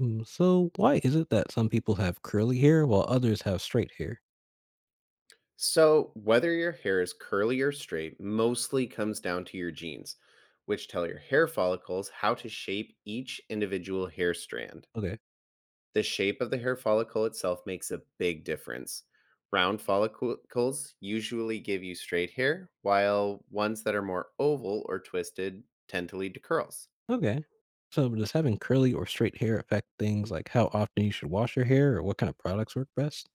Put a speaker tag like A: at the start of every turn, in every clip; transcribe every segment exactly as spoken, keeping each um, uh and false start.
A: Mm, So why is it that some people have curly hair while others have straight hair?
B: So, whether your hair is curly or straight mostly comes down to your genes, which tell your hair follicles how to shape each individual hair strand.
A: Okay.
B: The shape of the hair follicle itself makes a big difference. Round follicles usually give you straight hair, while ones that are more oval or twisted tend to lead to curls.
A: Okay. So does having curly or straight hair affect things like how often you should wash your hair or what kind of products work best?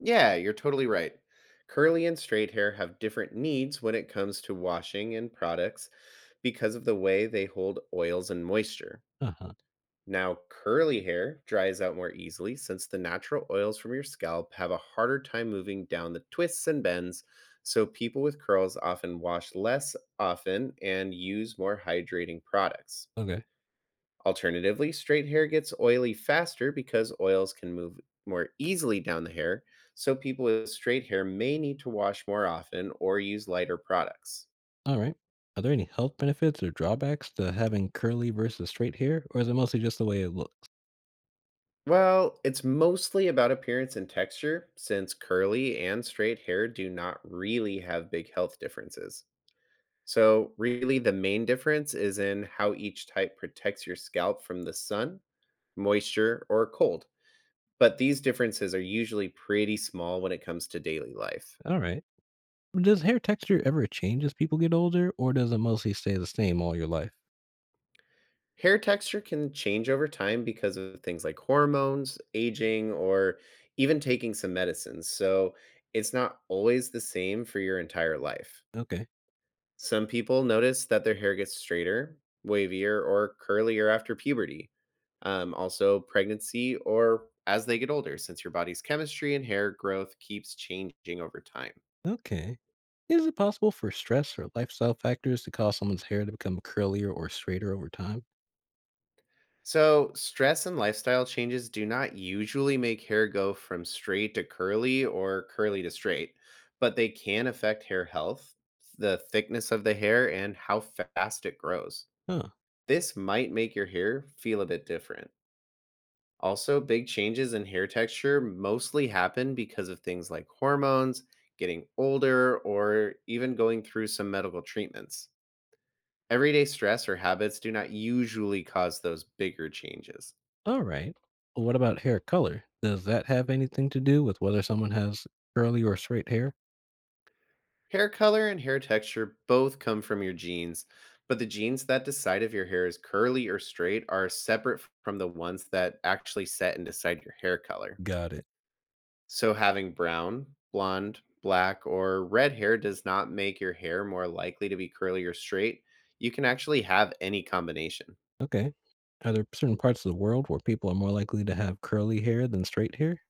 B: Yeah, you're totally right. Curly and straight hair have different needs when it comes to washing and products because of the way they hold oils and moisture.
A: Uh-huh.
B: Now, curly hair dries out more easily since the natural oils from your scalp have a harder time moving down the twists and bends. So, people with curls often wash less often and use more hydrating products.
A: Okay.
B: Alternatively, straight hair gets oily faster because oils can move more easily down the hair. So, people with straight hair may need to wash more often or use lighter products.
A: All right. Are there any health benefits or drawbacks to having curly versus straight hair, or is it mostly just the way it looks?
B: Well, it's mostly about appearance and texture, since curly and straight hair do not really have big health differences. So, really, the main difference is in how each type protects your scalp from the sun, moisture, or cold. But these differences are usually pretty small when it comes to daily life.
A: All right. Does hair texture ever change as people get older, or does it mostly stay the same all your life?
B: Hair texture can change over time because of things like hormones, aging, or even taking some medicines. So, it's not always the same for your entire life.
A: Okay.
B: Some people notice that their hair gets straighter, wavier, or curlier after puberty. Um, also, pregnancy or as they get older, since your body's chemistry and hair growth keeps changing over time.
A: Okay. Is it possible for stress or lifestyle factors to cause someone's hair to become curlier or straighter over time?
B: So, stress and lifestyle changes do not usually make hair go from straight to curly or curly to straight, but they can affect hair health, the thickness of the hair, and how fast it grows.
A: Huh.
B: This might make your hair feel a bit different. Also, big changes in hair texture mostly happen because of things like hormones, getting older, or even going through some medical treatments. Everyday stress or habits do not usually cause those bigger changes.
A: All right. Well, what about hair color? Does that have anything to do with whether someone has curly or straight hair?
B: Hair color and hair texture both come from your genes, but the genes that decide if your hair is curly or straight are separate from the ones that actually set and decide your hair color.
A: Got it.
B: So having brown, blonde, black, or red hair does not make your hair more likely to be curly or straight. You can actually have any combination.
A: Okay. Are there certain parts of the world where people are more likely to have curly hair than straight hair?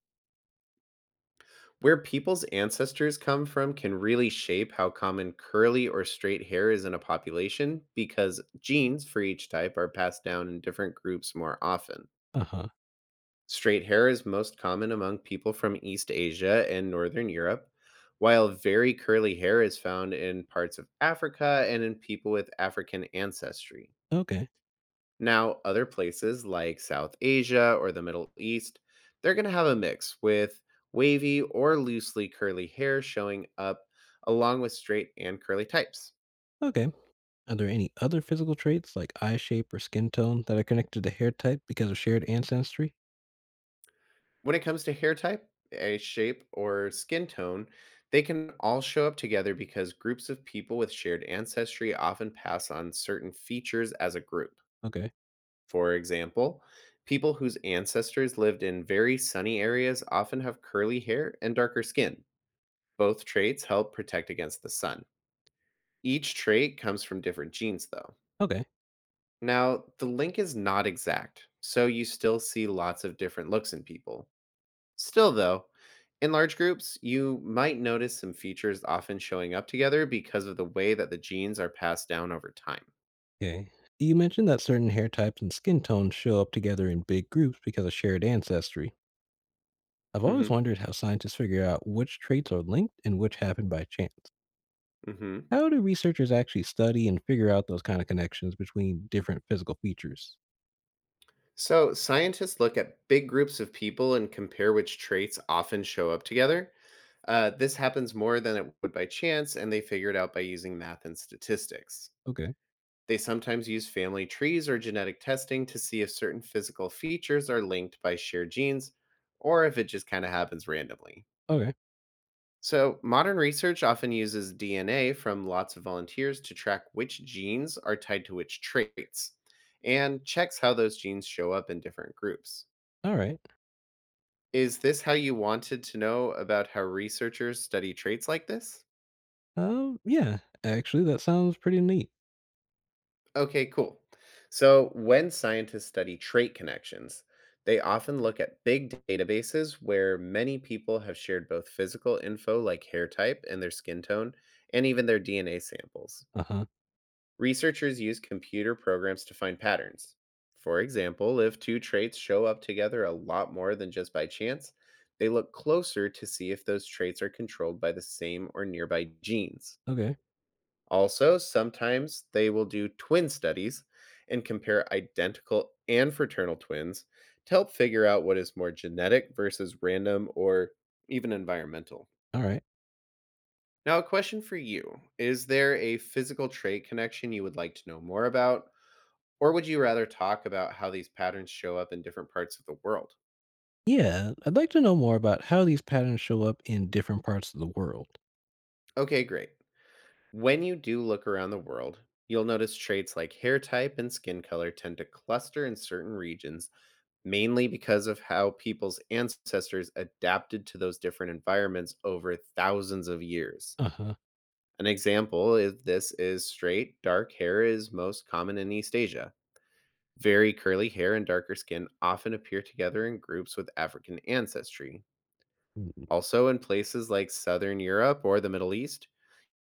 B: Where people's ancestors come from can really shape how common curly or straight hair is in a population because genes for each type are passed down in different groups more often.
A: Uh huh.
B: Straight hair is most common among people from East Asia and Northern Europe, while very curly hair is found in parts of Africa and in people with African ancestry.
A: Okay.
B: Now, other places like South Asia or the Middle East, they're going to have a mix with wavy or loosely curly hair showing up along with straight and curly types.
A: Okay. Are there any other physical traits like eye shape or skin tone that are connected to hair type because of shared ancestry?
B: When it comes to hair type, a shape, or skin tone, they can all show up together because groups of people with shared ancestry often pass on certain features as a group.
A: Okay.
B: For example, people whose ancestors lived in very sunny areas often have curly hair and darker skin. Both traits help protect against the sun. Each trait comes from different genes, though.
A: Okay.
B: Now, the link is not exact, so you still see lots of different looks in people. Still, though, in large groups, you might notice some features often showing up together because of the way that the genes are passed down over time.
A: Okay. You mentioned that certain hair types and skin tones show up together in big groups because of shared ancestry. I've
B: hmm
A: always wondered how scientists figure out which traits are linked and which happen by chance.
B: hmm
A: How do researchers actually study and figure out those kind of connections between different physical features?
B: So, scientists look at big groups of people and compare which traits often show up together. Uh, this happens more than it would by chance, and they figure it out by using math and statistics.
A: Okay.
B: They sometimes use family trees or genetic testing to see if certain physical features are linked by shared genes or if it just kind of happens randomly.
A: Okay.
B: So, modern research often uses D N A from lots of volunteers to track which genes are tied to which traits and checks how those genes show up in different groups.
A: All right.
B: Is this how you wanted to know about how researchers study traits like this?
A: Um, yeah, actually, that sounds pretty neat.
B: Okay, cool. So, when scientists study trait connections, they often look at big databases where many people have shared both physical info like hair type and their skin tone, and even their D N A samples.
A: Uh huh.
B: Researchers use computer programs to find patterns. For example, if two traits show up together a lot more than just by chance, they look closer to see if those traits are controlled by the same or nearby genes.
A: Okay.
B: Also, sometimes they will do twin studies and compare identical and fraternal twins to help figure out what is more genetic versus random or even environmental.
A: All right.
B: Now, a question for you. Is there a physical trait connection you would like to know more about? Or would you rather talk about how these patterns show up in different parts of the world?
A: Yeah, I'd like to know more about how these patterns show up in different parts of the world.
B: Okay, great. When you do look around the world, you'll notice traits like hair type and skin color tend to cluster in certain regions, mainly because of how people's ancestors adapted to those different environments over thousands of years.
A: Uh huh.
B: An example of this is straight, dark hair is most common in East Asia. Very curly hair and darker skin often appear together in groups with African ancestry. Also, in places like Southern Europe or the Middle East,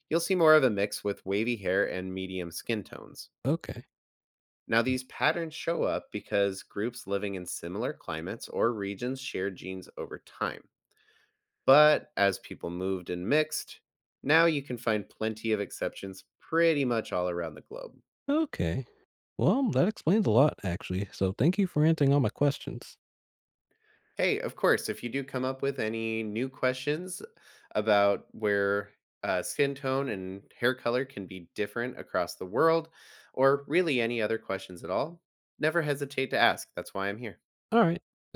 B: you'll see more of a mix with wavy hair and medium skin tones.
A: Okay.
B: Now, these patterns show up because groups living in similar climates or regions share genes over time. But as people moved and mixed, now you can find plenty of exceptions pretty much all around the globe.
A: Okay. Well, that explains a lot, actually. So thank you for answering all my questions.
B: Hey, of course, if you do come up with any new questions about where uh, skin tone and hair color can be different across the world, or really any other questions at all, never hesitate to ask. That's why I'm here.
A: All right. Thanks.